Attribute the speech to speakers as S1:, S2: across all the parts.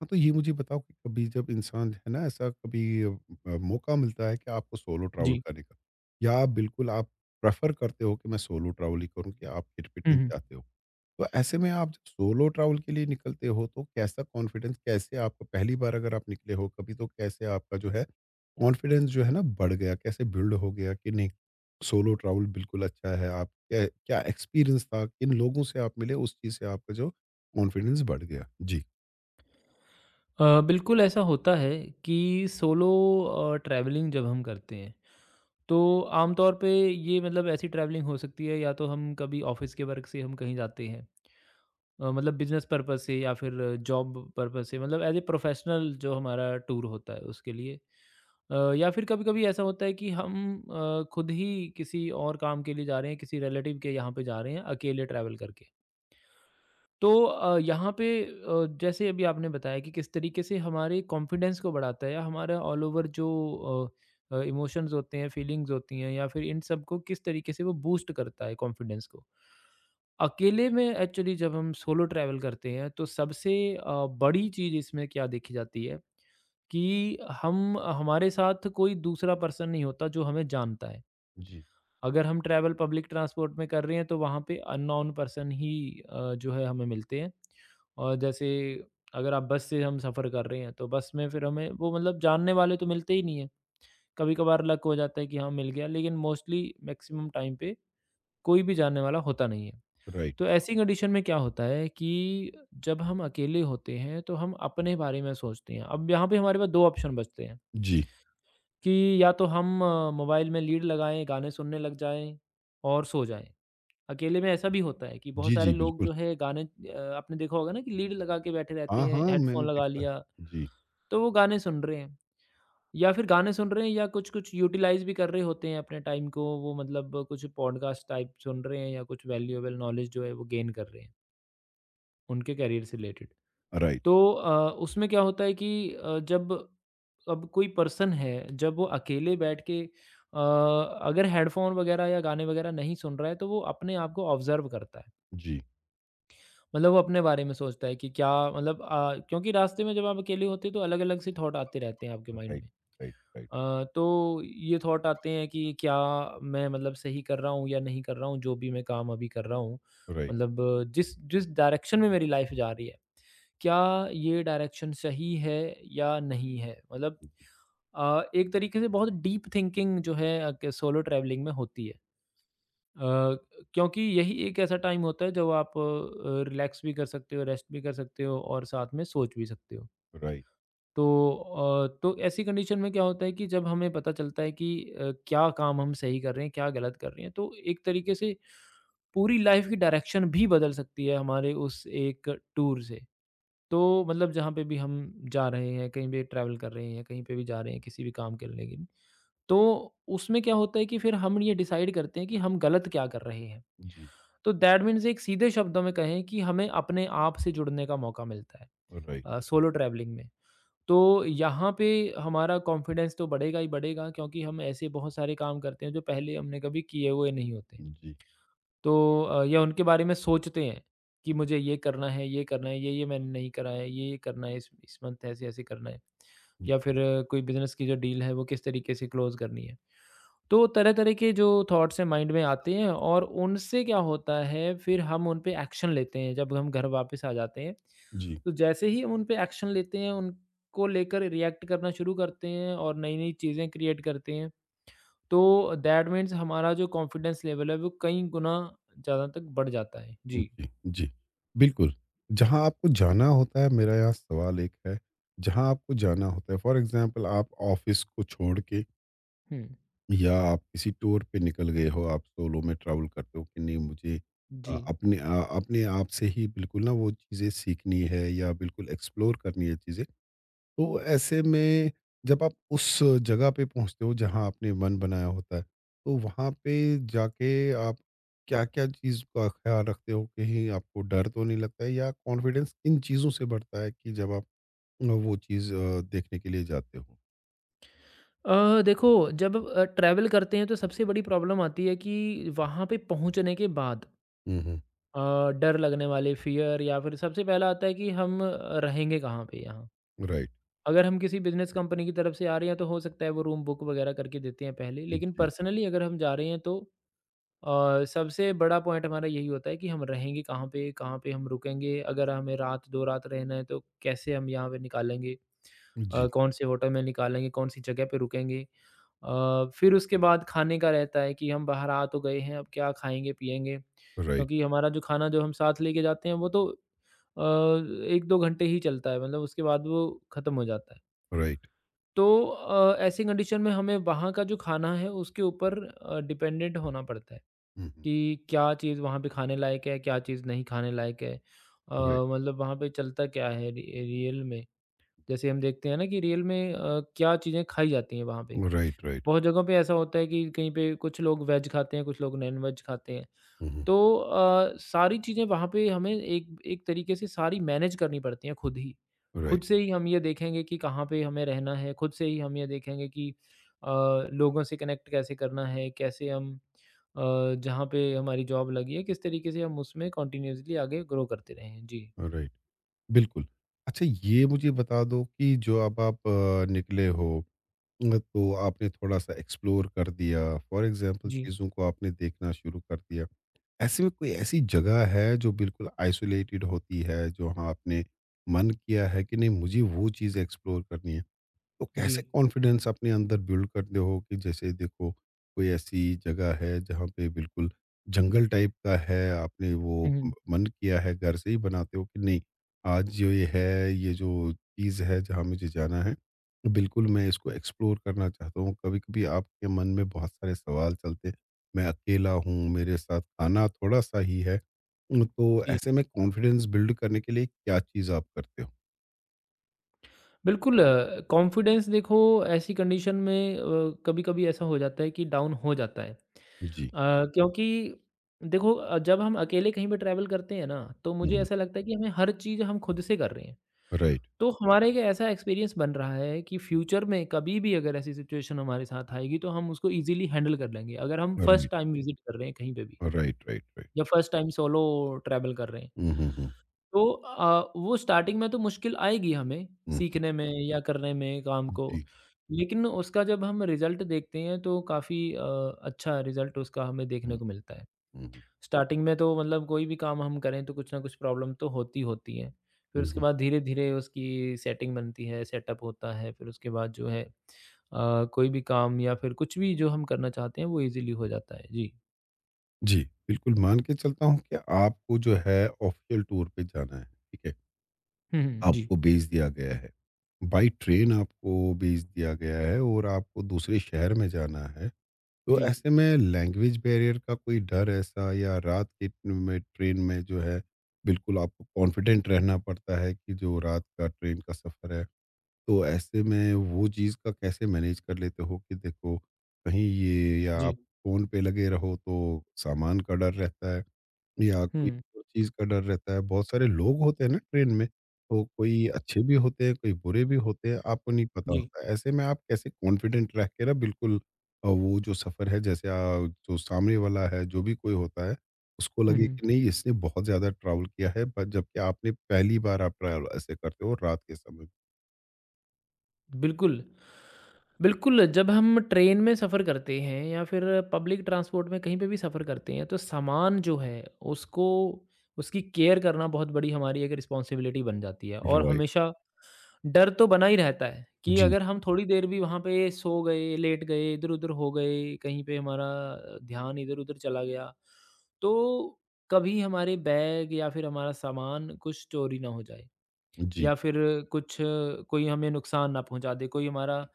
S1: हाँ, तो ये मुझे बताओ कि कभी जब इंसान है ना ऐसा कभी मौका मिलता है कि आपको सोलो ट्रैवल
S2: जी।
S1: करने का या आप बिल्कुल आप प्रेफर करते हो कि मैं सोलो ट्रैवल ही करूँ कि आप किट-पिट
S2: हुँ,
S1: नहीं
S2: हुँ।
S1: चाहते हो। तो ऐसे में आप जब सोलो ट्रैवल के लिए निकलते हो तो कैसा कॉन्फिडेंस कैसे आपको पहली बार अगर आप निकले हो कभी तो कैसे आपका जो है कॉन्फिडेंस जो है ना बढ़ गया, कैसे बिल्ड हो गया कि नहीं सोलो ट्रैवल बिल्कुल अच्छा है। आप क्या क्या एक्सपीरियंस था? किन लोगों से आप मिले उस चीज़ से आपका जो कॉन्फिडेंस बढ़ गया? जी।
S2: बिल्कुल ऐसा होता है कि सोलो ट्रैवलिंग जब हम करते हैं, तो आमतौर पे ये मतलब ऐसी ट्रैवलिंग हो सकती है या तो हम कभी ऑफ़िस के वर्क से हम कहीं जाते हैं, मतलब बिज़नेस पर्पज़ से या फिर जॉब पर्पज़ से मतलब एज़ ए प्रोफ़ेशनल जो हमारा टूर होता है उसके लिए। या फिर कभी-कभी ऐसा होता है कि हम खुद ही किसी और काम के लिए जा रहे हैं, किसी रिलेटिव के यहाँ पे जा रहे हैं, अकेले ट्रैवल करके। तो यहाँ पे जैसे अभी आपने बताया कि किस तरीके से हमारे कॉन्फिडेंस को बढ़ाता है या हमारा ऑल ओवर जो इमोशंस होते हैं फीलिंग्स होती हैं या फिर इन सब को किस तरीके से वो बूस्ट करता है कॉन्फिडेंस को अकेले में। एक्चुअली जब हम सोलो ट्रैवल करते हैं तो सबसे बड़ी चीज़ इसमें क्या देखी जाती है कि हम, हमारे साथ कोई दूसरा पर्सन नहीं होता जो हमें जानता है।
S1: जी।
S2: अगर हम ट्रैवल पब्लिक ट्रांसपोर्ट में कर रहे हैं तो वहाँ पे अननोन पर्सन ही जो है हमें मिलते हैं। और जैसे अगर आप बस से हम सफ़र कर रहे हैं तो बस में फिर हमें वो मतलब जानने वाले तो मिलते ही नहीं हैं। कभी-कभार लक हो जाता है कि हाँ, मिल गया, लेकिन मोस्टली मैक्सिमम टाइम पे कोई भी जानने वाला होता नहीं है।
S1: राइट।
S2: तो ऐसी कंडीशन में क्या होता है कि जब हम अकेले होते हैं तो हम अपने बारे में सोचते हैं। अब यहाँ पे हमारे पास 2 ऑप्शन बचते हैं
S1: जी।
S2: कि या तो हम मोबाइल में लीड लगाएँ, गाने सुनने लग जाएँ और सो जाएँ। अकेले में ऐसा भी होता है कि बहुत
S1: जी,
S2: सारे
S1: जी,
S2: लोग
S1: बिल्कुल।
S2: जो है गाने, आपने देखा होगा ना कि लीड लगा के बैठे रहते
S1: हाँ,
S2: हैं,
S1: हाँ,
S2: हेडफ़ोन
S1: मैंने
S2: लगा
S1: देखा है।
S2: लिया,
S1: जी,
S2: तो वो गाने सुन रहे हैं या फिर गाने सुन रहे हैं या कुछ-कुछ यूटिलाइज़ भी कर रहे होते हैं अपने टाइम को, वो मतलब कुछ पॉडकास्ट टाइप सुन रहे हैं या कुछ वैल्यूएबल नॉलेज जो है वो गेन कर रहे हैं, उनके करियर से रिलेटेड।
S1: राइट।
S2: तो उसमें क्या होता है कि अ, जब अब कोई पर्सन है, जब वो अकेले बैठ के अगर हेडफ़ोन वगैरह या गाने वगैरह नहीं सुन रहा है, तो वो अपने आप को ऑब्ज़र्व करता है।
S1: जी,
S2: मतलब वो अपने बारे में सोचता है कि क्या मतलब क्योंकि रास्ते में जब आप अकेले होते हो तो अलग-अलग से थॉट आते रहते हैं आपके माइंड
S1: राइट,
S2: में।
S1: राइट, राइट,
S2: तो ये थॉट आते हैं कि क्या मैं मतलब सही कर रहा हूँ या नहीं कर रहा हूँ जो भी मैं काम अभी कर रहा हूँ।
S1: राइट,
S2: मतलब जिस जिस डायरेक्शन में मेरी लाइफ़ जा रही है, क्या ये डायरेक्शन सही है या नहीं है? मतलब एक तरीके से बहुत डीप थिंकिंग जो है अ, के सोलो ट्रैवलिंग में होती है। अ, क्योंकि यही एक ऐसा टाइम होता है जब आप रिलैक्स भी कर सकते हो, रेस्ट भी कर सकते हो और साथ में सोच भी सकते हो।
S1: राइट।
S2: तो तो ऐसी कंडीशन में क्या होता है कि जब हमें पता चलता है कि क्या काम हम सही कर रहे हैं, क्या गलत कर रहे हैं, तो एक तरीके से पूरी लाइफ की डायरेक्शन भी बदल सकती है हमारे उस एक टूर से। तो मतलब जहाँ पे भी हम जा रहे हैं, कहीं भी ट्रैवल कर रहे हैं, कहीं पे भी जा रहे हैं किसी भी काम करने के लिए, तो उसमें क्या होता है कि फिर हम ये डिसाइड करते हैं कि हम गलत क्या कर रहे हैं।
S1: जी,
S2: तो दैट मीन्स, एक सीधे शब्दों में कहें कि हमें अपने आप से जुड़ने का मौका मिलता है
S1: राइट।
S2: सोलो ट्रैवलिंग में। तो यहाँ पे हमारा कॉन्फिडेंस तो बढ़ेगा ही बढ़ेगा क्योंकि हम ऐसे बहुत सारे काम करते हैं जो पहले हमने कभी किए हुए नहीं होते।
S1: जी, जी,
S2: तो या उनके बारे में सोचते हैं कि मुझे ये करना है, ये-ये मैंने नहीं करा है, ये-ये करना है, इस मंथ ऐसे-ऐसे करना है। या फिर कोई बिज़नेस की जो डील है वो किस तरीके से क्लोज़ करनी है। तो तरह-तरह के जो थॉट्स हैं माइंड में आते हैं और उनसे क्या होता है फिर हम उन पे एक्शन लेते हैं जब हम घर वापस आ जाते हैं।
S1: जी,
S2: तो जैसे ही हम उन पे एक्शन लेते हैं, उनको लेकर रिएक्ट करना शुरू करते हैं और नई-नई चीज़ें क्रिएट करते हैं। तो दैट मीन्स हमारा जो कॉन्फिडेंस लेवल है वो कई गुना ज़्यादा तक बढ़ जाता है। जी।
S1: जी, जी। बिल्कुल, जहाँ आपको जाना होता है मेरा यहाँ सवाल एक है, जहाँ आपको जाना होता है फॉर एग्ज़ाम्पल आप ऑफ़िस को छोड़ के
S2: हुँ।
S1: या आप किसी टूर पे निकल गए हो, आप सोलो में ट्रैवल करते हो कि नहीं मुझे
S2: जी।
S1: अपने अपने आप से ही बिल्कुल ना वो चीज़ें सीखनी है या बिल्कुल एक्सप्लोर करनी है चीज़ें। तो ऐसे में जब आप उस जगह पे पहुँचते हो जहाँ आपने मन बनाया होता है, तो वहाँ पे जाके आप क्या-क्या चीज़ का ख़्याल रखते हो? कहीं आपको डर तो नहीं लगता है या कॉन्फिडेंस किन चीज़ों से बढ़ता है कि जब आप वो चीज़ देखने के लिए जाते हो?
S2: देखो जब ट्रैवल करते हैं तो सबसे बड़ी प्रॉब्लम आती है कि वहाँ पे पहुँचने के बाद।
S1: हुँ, हुँ।
S2: डर लगने वाले फ़ियर या फिर सबसे पहला आता है कि हम रहेंगे कहाँ पे यहाँ?
S1: राइट।
S2: अगर हम किसी बिज़नेस कंपनी की तरफ से आ रहे हैं तो हो सकता है वो रूम बुक वगैरह करके देते हैं पहले, लेकिन
S1: जी,
S2: पर्सनली अगर हम जा रहे हैं तो और सबसे बड़ा पॉइंट हमारा यही होता है कि हम रहेंगे कहाँ पे, कहाँ पे हम रुकेंगे, अगर हमें रात दो रात रहना है तो कैसे हम यहाँ पे निकालेंगे,
S1: जी।
S2: कौन से होटल में निकालेंगे, कौन सी जगह पे रुकेंगे। फिर उसके बाद खाने का रहता है कि हम बाहर आ तो गए हैं अब क्या खाएंगे पिएंगे,
S1: राइट,
S2: क्योंकि हमारा जो खाना जो हम साथ लेके जाते हैं वो तो अ, एक दो घंटे ही चलता है, मतलब उसके बाद वो ख़त्म हो जाता है।
S1: राइट।
S2: तो ऐसी कंडीशन में हमें वहाँ का जो खाना है उसके ऊपर डिपेंडेंट होना पड़ता है
S1: हुँ, हुँ।
S2: कि क्या चीज़ वहाँ पे खाने लायक है, क्या चीज़ नहीं खाने लायक है।
S1: राइट,
S2: मतलब वहाँ पे चलता क्या है रि रियल में। जैसे हम देखते हैं ना कि रियल में क्या चीज़ें खाई जाती हैं वहाँ पे।
S1: Right, right.
S2: बहुत जगहों पे ऐसा होता है कि कहीं पे कुछ लोग वेज खाते हैं, कुछ लोग नॉन-वेज खाते हैं।
S1: हुँ, हुँ।
S2: तो सारी चीज़ें वहाँ पे हमें एक एक तरीके से सारी मैनेज करनी पड़ती हैं खुद ही। खुद
S1: राइट,
S2: से ही हम ये देखेंगे कि कहाँ पे हमें रहना है, खुद से ही हम ये देखेंगे कि अ, लोगों से कनेक्ट कैसे करना है, कैसे हम जहाँ पे हमारी जॉब लगी है, किस तरीके से हम उसमें कंटिन्यूअसली आगे ग्रो करते रहें। जी,
S1: राइट। बिल्कुल। अच्छा ये मुझे बता दो कि जो अब आप निकले हो, तो आपने थोड़ा-सा एक्सप्लोर कर दिया, फॉर एग्ज़ाम्पल
S2: जी,
S1: चीज़ों को आपने देखना शुरू कर दिया। ऐसे में कोई ऐसी जगह है जो बिल्कुल आइसोलेटेड होती है, जहाँ आपने मन किया है कि नहीं मुझे वो चीज़ एक्सप्लोर करनी है? तो
S2: जी।
S1: कैसे कॉन्फिडेंस अपने अंदर बिल्ड करते हो कि जैसे देखो कोई ऐसी जगह है जहाँ पे बिल्कुल जंगल टाइप का है आपने
S2: हुँ, हुँ।
S1: मन किया है घर से ही बनाते हो कि नहीं आज जो ये है ये जो चीज़ है जहाँ मुझे जाना है बिल्कुल मैं इसको एक्सप्लोर करना चाहता हूँ कभी कभी आपके मन में बहुत सारे सवाल चलते हैं मैं अकेला हूँ मेरे साथ खाना थोड़ा सा ही है तो
S2: जी।
S1: ऐसे में कॉन्फिडेंस बिल्ड करने के लिए क्या चीज़ आप करते हो
S2: बिल्कुल कॉन्फिडेंस देखो, ऐसी कंडीशन में कभी-कभी ऐसा हो जाता है कि डाउन हो जाता है।
S1: जी
S2: क्योंकि देखो जब हम अकेले कहीं पे ट्रैवल करते हैं ना, तो मुझे ऐसा लगता है कि हमें हर चीज़ हम खुद से कर रहे हैं।
S1: राइट
S2: तो हमारा एक ऐसा एक्सपीरियंस बन रहा है कि फ्यूचर में कभी भी अगर ऐसी सिचुएशन हमारे साथ आएगी, तो हम उसको ईज़िली हैंडल कर लेंगे। अगर हम फर्स्ट
S1: राइट
S2: टाइम विज़िट कर रहे हैं कहीं पे भी
S1: राइट, राइट, राइट।
S2: या फर्स्ट टाइम सोलो ट्रैवल कर रहे हैं।
S1: हुँ, हुँ, हुँ,
S2: तो वो स्टार्टिंग में तो मुश्किल आएगी हमें
S1: हुँ।
S2: सीखने में या करने में काम को,
S1: जी।
S2: लेकिन उसका जब हम रिज़ल्ट देखते हैं तो काफ़ी अच्छा रिज़ल्ट उसका हमें देखने
S1: हुँ,
S2: को मिलता है।
S1: हुँ, हुँ,
S2: स्टार्टिंग में तो मतलब कोई भी काम हम करें तो कुछ न कुछ प्रॉब्लम तो होती होती है। फिर
S1: हुँ,
S2: उसके
S1: हुँ।
S2: बाद धीरे-धीरे उसकी सेटिंग बनती है, सेटअप होता है, फिर उसके बाद जो है कोई भी काम या फिर कुछ भी जो हम करना चाहते हैं वो ईज़िली हो जाता है। जी।
S1: जी, बिल्कुल मान के चलता हूँ कि आपको जो है ऑफ़िशियल टूर पे जाना है, ठीक है?
S2: हुँ, हुँ। जी,
S1: आपको भेज दिया गया है। बाय ट्रेन आपको भेज दिया गया है और आपको दूसरे शहर में जाना है। तो
S2: जी,
S1: ऐसे में लैंग्वेज बैरियर का कोई डर ऐसा या रात के में ट्रेन में जो है, बिल्कुल आपको कॉन्फिडेंट रहना पड़ता है कि जो रात का ट्रेन का सफ़र है तो ऐसे में वो चीज़ का कैसे मैनेज कर लेते हो कि देखो कहीं ये या आप
S2: जी।
S1: फ़ोन पे लगे रहो तो सामान का डर रहता है या कोई
S2: हुँ,
S1: और चीज़ का डर रहता है। बहुत सारे लोग होते हैं ना ट्रेन में, तो कोई अच्छे भी होते हैं, कोई बुरे भी होते हैं, आपको नहीं पता
S2: जी।
S1: होता है। ऐसे में आप कैसे कॉन्फिडेंट रह के ना बिल्कुल वो जो सफ़र है जैसे जो सामने वाला है, जो भी कोई होता है, उसको
S2: हुँ,
S1: लगे
S2: हुँ।
S1: कि नहीं इसने बहुत ज़्यादा ट्रैवल किया है पर जबकि आपने पहली बार आप ट्रैवल ऐसे करते हो रात के समय।
S2: बिल्कुल। बिल्कुल, जब हम ट्रेन में सफ़र करते हैं या फिर पब्लिक ट्रांसपोर्ट में कहीं पे भी सफ़र करते हैं तो सामान जो है उसको, उसकी केयर करना बहुत बड़ी हमारी एक रिस्पॉन्सिबिलिटी बन जाती है और
S1: राइट।
S2: हमेशा डर तो बना ही रहता है कि
S1: जी।
S2: अगर हम थोड़ी देर भी वहाँ पे सो गए, लेट गए, इधर-उधर हो गए, कहीं पे हमारा ध्यान इधर-उधर चला गया, तो कभी हमारे बैग या फिर हमारा सामान कुछ चोरी ना हो जाए।
S1: जी।
S2: या फिर कुछ कोई हमें नुकसान ना पहुँचा दे, कोई हमारा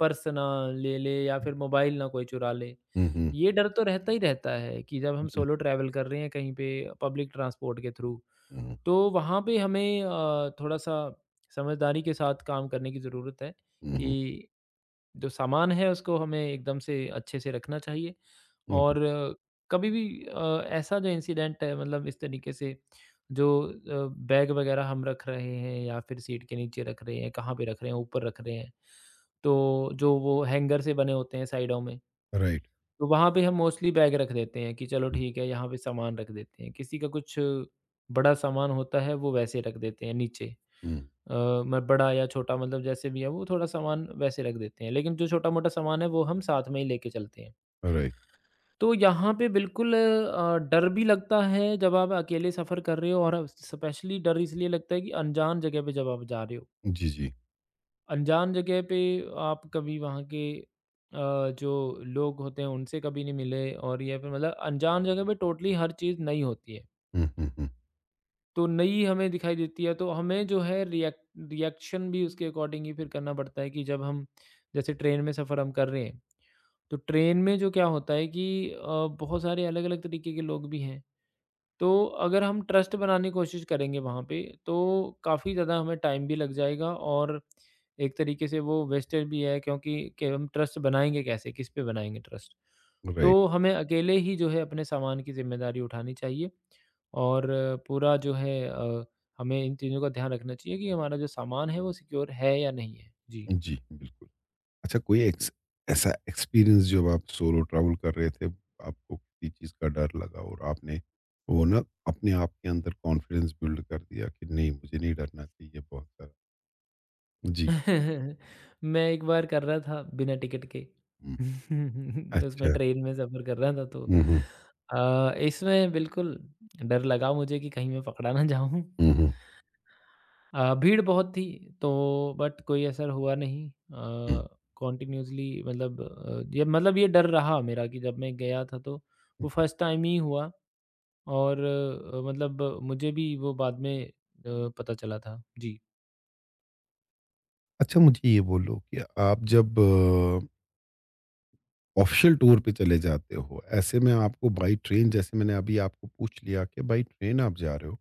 S2: पर्स ना ले ले या फिर मोबाइल ना कोई चुरा ले।
S1: हुँ, हुँ।
S2: ये डर तो रहता ही रहता है कि जब हम
S1: जी।
S2: सोलो ट्रैवल कर रहे हैं कहीं पे पब्लिक ट्रांसपोर्ट के थ्रू,
S1: हुँ,
S2: तो वहाँ पे हमें थोड़ा-सा समझदारी के साथ काम करने की ज़रूरत है
S1: हुँ, हुँ,
S2: कि जो सामान है उसको हमें एकदम से अच्छे से रखना चाहिए,
S1: हुँ,
S2: और कभी भी ऐसा जो इंसिडेंट है मतलब इस तरीके से जो बैग वगैरह हम रख रहे हैं या फिर सीट के नीचे रख रहे हैं, कहाँ पे रख रहे हैं, ऊपर रख रहे हैं, तो जो वो हैंगर से बने होते हैं साइडों में,
S1: राइट।
S2: तो वहाँ पे हम मोस्टली बैग रख देते हैं कि चलो
S1: हुँ,
S2: ठीक है यहाँ पे सामान रख देते हैं, किसी का कुछ बड़ा सामान होता है वो वैसे रख देते हैं नीचे।
S1: हुँ,
S2: अ, म बड़ा या छोटा मतलब जैसे भी है वो थोड़ा सामान वैसे रख देते हैं। लेकिन जो छोटा-मोटा सामान है वो हम साथ में ही लेके चलते हैं।
S1: राइट।
S2: तो यहाँ पे बिल्कुल डर भी लगता है जब आप अकेले सफ़र कर रहे हो और स्पेशली डर इसलिए लगता है कि अनजान जगह पे जब आप जा रहे हो।
S1: जी, जी।
S2: अनजान जगह पे आप कभी वहाँ के अ, जो लोग होते हैं उनसे कभी नहीं मिले और या फिर मतलब अनजान जगह पे टोटली हर चीज़ नई होती है।
S1: हुँ, हुँ, हुँ,
S2: तो नई हमें दिखाई देती है तो हमें जो है रिएक्ट रिएक्शन भी उसके अकॉर्डिंग ही फिर करना पड़ता है कि जब हम जैसे ट्रेन में सफ़र हम कर रहे हैं तो ट्रेन में जो क्या होता है कि बहुत सारे अलग-अलग तरीके के लोग भी हैं। तो अगर हम ट्रस्ट बनाने की कोशिश करेंगे वहाँ पे, तो काफ़ी ज़्यादा हमें टाइम भी लग जाएगा और एक तरीके से वो वेस्टेज भी है क्योंकि कि हम ट्रस्ट बनाएँगे कैसे? किस पे बनाएँगे ट्रस्ट?
S1: राइट।
S2: तो हमें अकेले ही जो है अपने सामान की ज़िम्मेदारी उठानी चाहिए और पूरा जो है हमें इन चीज़ों का ध्यान रखना चाहिए कि हमारा जो सामान है वो सिक्योर है या नहीं है? जी।
S1: जी, बिल्कुल। अच्छा कोई एक्स ऐसा एक्सपीरियंस जब आप सोलो ट्रैवल कर रहे थे, आपको किसी चीज़ का डर लगा और आपने वो ना अपने आप के अंदर कॉन्फिडेंस बिल्ड कर दिया कि नहीं मुझे नहीं डरना चाहिए बहुत सारा? जी।
S2: मैं एक बार कर रहा था बिना टिकट के।
S1: हुँ,
S2: उसमें
S1: अच्छा।
S2: ट्रेन में सफ़र कर रहा था तो
S1: हुँ, हुँ,
S2: इसमें बिल्कुल डर लगा मुझे कि कहीं मैं पकड़ा ना जाऊं।
S1: हुँ, हुँ,
S2: भीड़ बहुत थी तो बट कोई असर हुआ नहीं।
S1: हुँ।
S2: कॉन्टिन्यूसली मतलब ये मतलब ये डर रहा मेरा कि जब मैं गया था तो वो फर्स्ट टाइम ही हुआ और मतलब मुझे भी वो बाद में पता चला था। जी।
S1: अच्छा मुझे ये बोलो कि आप जब ऑफिशियल टूर पे चले जाते हो ऐसे में आपको बाई ट्रेन जैसे मैंने अभी आपको पूछ लिया कि बाई ट्रेन आप जा रहे हो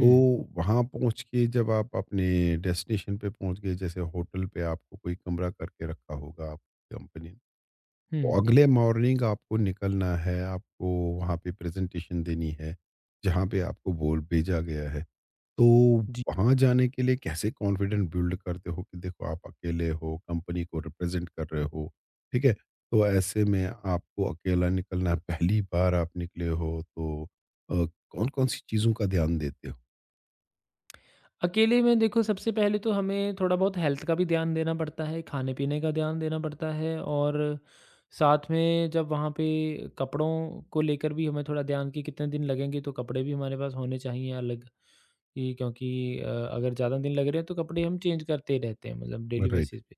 S1: तो वहाँ पहुँच के जब आप अपने डेस्टिनेशन पे पहुँच गए जैसे होटल पे आपको कोई कमरा करके रखा होगा आपकी कंपनी ने, तो
S2: हम्म।
S1: अगले मॉर्निंग आपको निकलना है आपको वहाँ पे प्रेजेंटेशन देनी है जहाँ पे आपको बोल भेजा गया है तो
S2: जी।
S1: वहाँ जाने के लिए कैसे कॉन्फिडेंट बिल्ड करते हो कि देखो आप अकेले हो, कंपनी को रिप्रेजेंट कर रहे हो, ठीक है? तो ऐसे में आपको अकेला निकलना है, पहली बार आप निकले हो तो अ, कौन-कौन सी चीज़ों का ध्यान देते हो?
S2: अकेले में देखो सबसे पहले तो हमें थोड़ा बहुत हेल्थ का भी ध्यान देना पड़ता है, खाने-पीने का ध्यान देना पड़ता है और साथ में जब वहाँ पे कपड़ों को लेकर भी हमें थोड़ा ध्यान कि कितने दिन लगेंगे तो कपड़े भी हमारे पास होने चाहिए अलग। कि क्योंकि अगर ज़्यादा दिन लग रहे हैं तो कपड़े हम चेंज करते ही रहते हैं मतलब डेली
S1: राइट,
S2: बेसिस पे।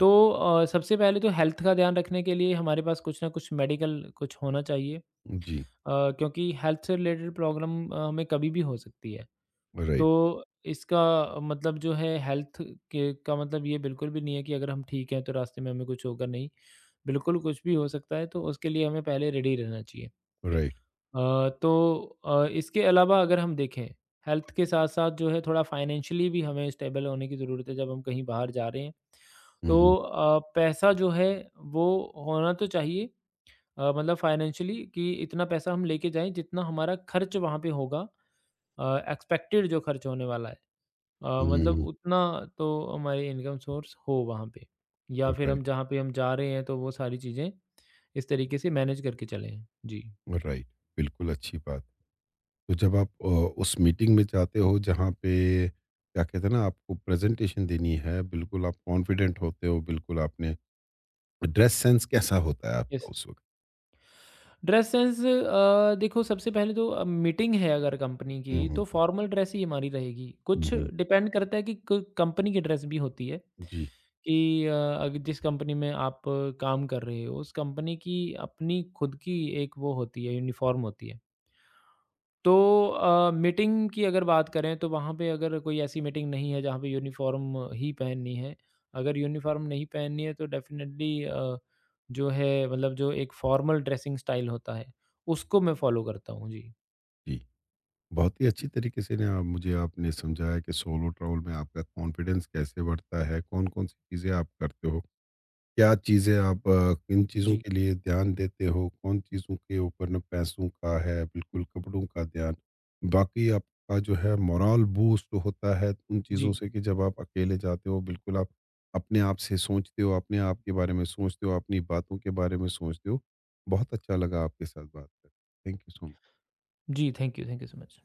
S2: तो सबसे पहले तो हेल्थ का ध्यान रखने के लिए हमारे पास कुछ ना कुछ मेडिकल कुछ होना चाहिए।
S1: जी,
S2: क्योंकि हेल्थ से रिलेटेड प्रॉब्लम हमें कभी भी हो सकती है।
S1: राइट,
S2: तो इसका मतलब जो है हेल्थ के का मतलब ये बिल्कुल भी नहीं है कि अगर हम ठीक हैं तो रास्ते में हमें कुछ होगा नहीं। बिल्कुल कुछ भी हो सकता है तो उसके लिए हमें पहले रेडी रहना चाहिए।
S1: राइट।
S2: तो इसके अलावा अगर हम देखें हेल्थ के साथ-साथ जो है थोड़ा फाइनेंशियली भी हमें स्टेबल होने की ज़रूरत है जब हम कहीं बाहर जा रहे हैं।
S1: हुँ,
S2: तो
S1: हुँ,
S2: पैसा जो है वो होना तो चाहिए। मतलब फाइनेंशियली कि इतना पैसा हम लेके जाएँ जितना हमारा खर्च वहाँ पे होगा, अ, एक्सपेक्टेड जो खर्च होने वाला है।
S1: हुँ,
S2: मतलब
S1: हुँ,
S2: उतना तो हमारी इनकम सोर्स हो वहाँ पे या
S1: हुँ,
S2: फिर हम
S1: राइट,
S2: जहाँ पे हम जा रहे हैं तो वो सारी चीज़ें इस तरीके से मैनेज करके चलें। जी।
S1: राइट। बिल्कुल अच्छी बात। तो जब आप उस मीटिंग में जाते हो जहाँ पे क्या कहते हैं ना आपको प्रेजेंटेशन देनी है, बिल्कुल आप कॉन्फिडेंट होते हो, बिल्कुल आपने ड्रेस सेंस कैसा होता है आपका
S2: यस।
S1: उस वक़्त?
S2: ड्रेस सेंस देखो सबसे पहले तो मीटिंग है अगर कंपनी
S1: हुँ,
S2: की
S1: हुँ,
S2: तो फॉर्मल ड्रेस ही हमारी रहेगी।
S1: हुँ,
S2: कुछ
S1: हुँ।
S2: डिपेंड करता है कि क कंपनी की ड्रेस भी होती है
S1: जी।
S2: कि अ, अग जिस कंपनी में आप काम कर रहे हो उस कंपनी की अपनी खुद की एक वो होती है यूनिफ़ॉर्म होती है। तो मीटिंग की अगर बात करें तो वहाँ पे अगर कोई ऐसी मीटिंग नहीं है जहाँ पे यूनिफ़ॉर्म ही पहननी है। अगर यूनिफ़ॉर्म नहीं पहननी है तो डेफ़िनेटली जो है मतलब जो एक फ़ॉर्मल ड्रेसिंग स्टाइल होता है उसको मैं फ़ॉलो करता हूँ। जी।
S1: जी, बहुत ही अच्छी तरीके से ना आप मुझे आपने समझाया कि सोलो ट्रैवल में आपका कॉन्फिडेंस कैसे बढ़ता है, कौन-कौन सी चीज़ें आप करते हो। क्या चीज़ें आप किन चीज़ों
S2: जी।
S1: के लिए ध्यान देते हो? कौन चीज़ों के ऊपर ना पैसों का है, बिल्कुल कपड़ों का ध्यान। बाकी आपका जो है मोरल बूस्ट होता है उन
S2: जी।
S1: चीज़ों से कि जब आप अकेले जाते हो, बिल्कुल आप अपने आप से सोचते हो, अपने आप के बारे में सोचते हो, अपनी बातों के बारे में सोचते हो। बहुत अच्छा लगा आपके साथ बात करके। Thank you so much.
S2: जी, थैंक यू सो मच।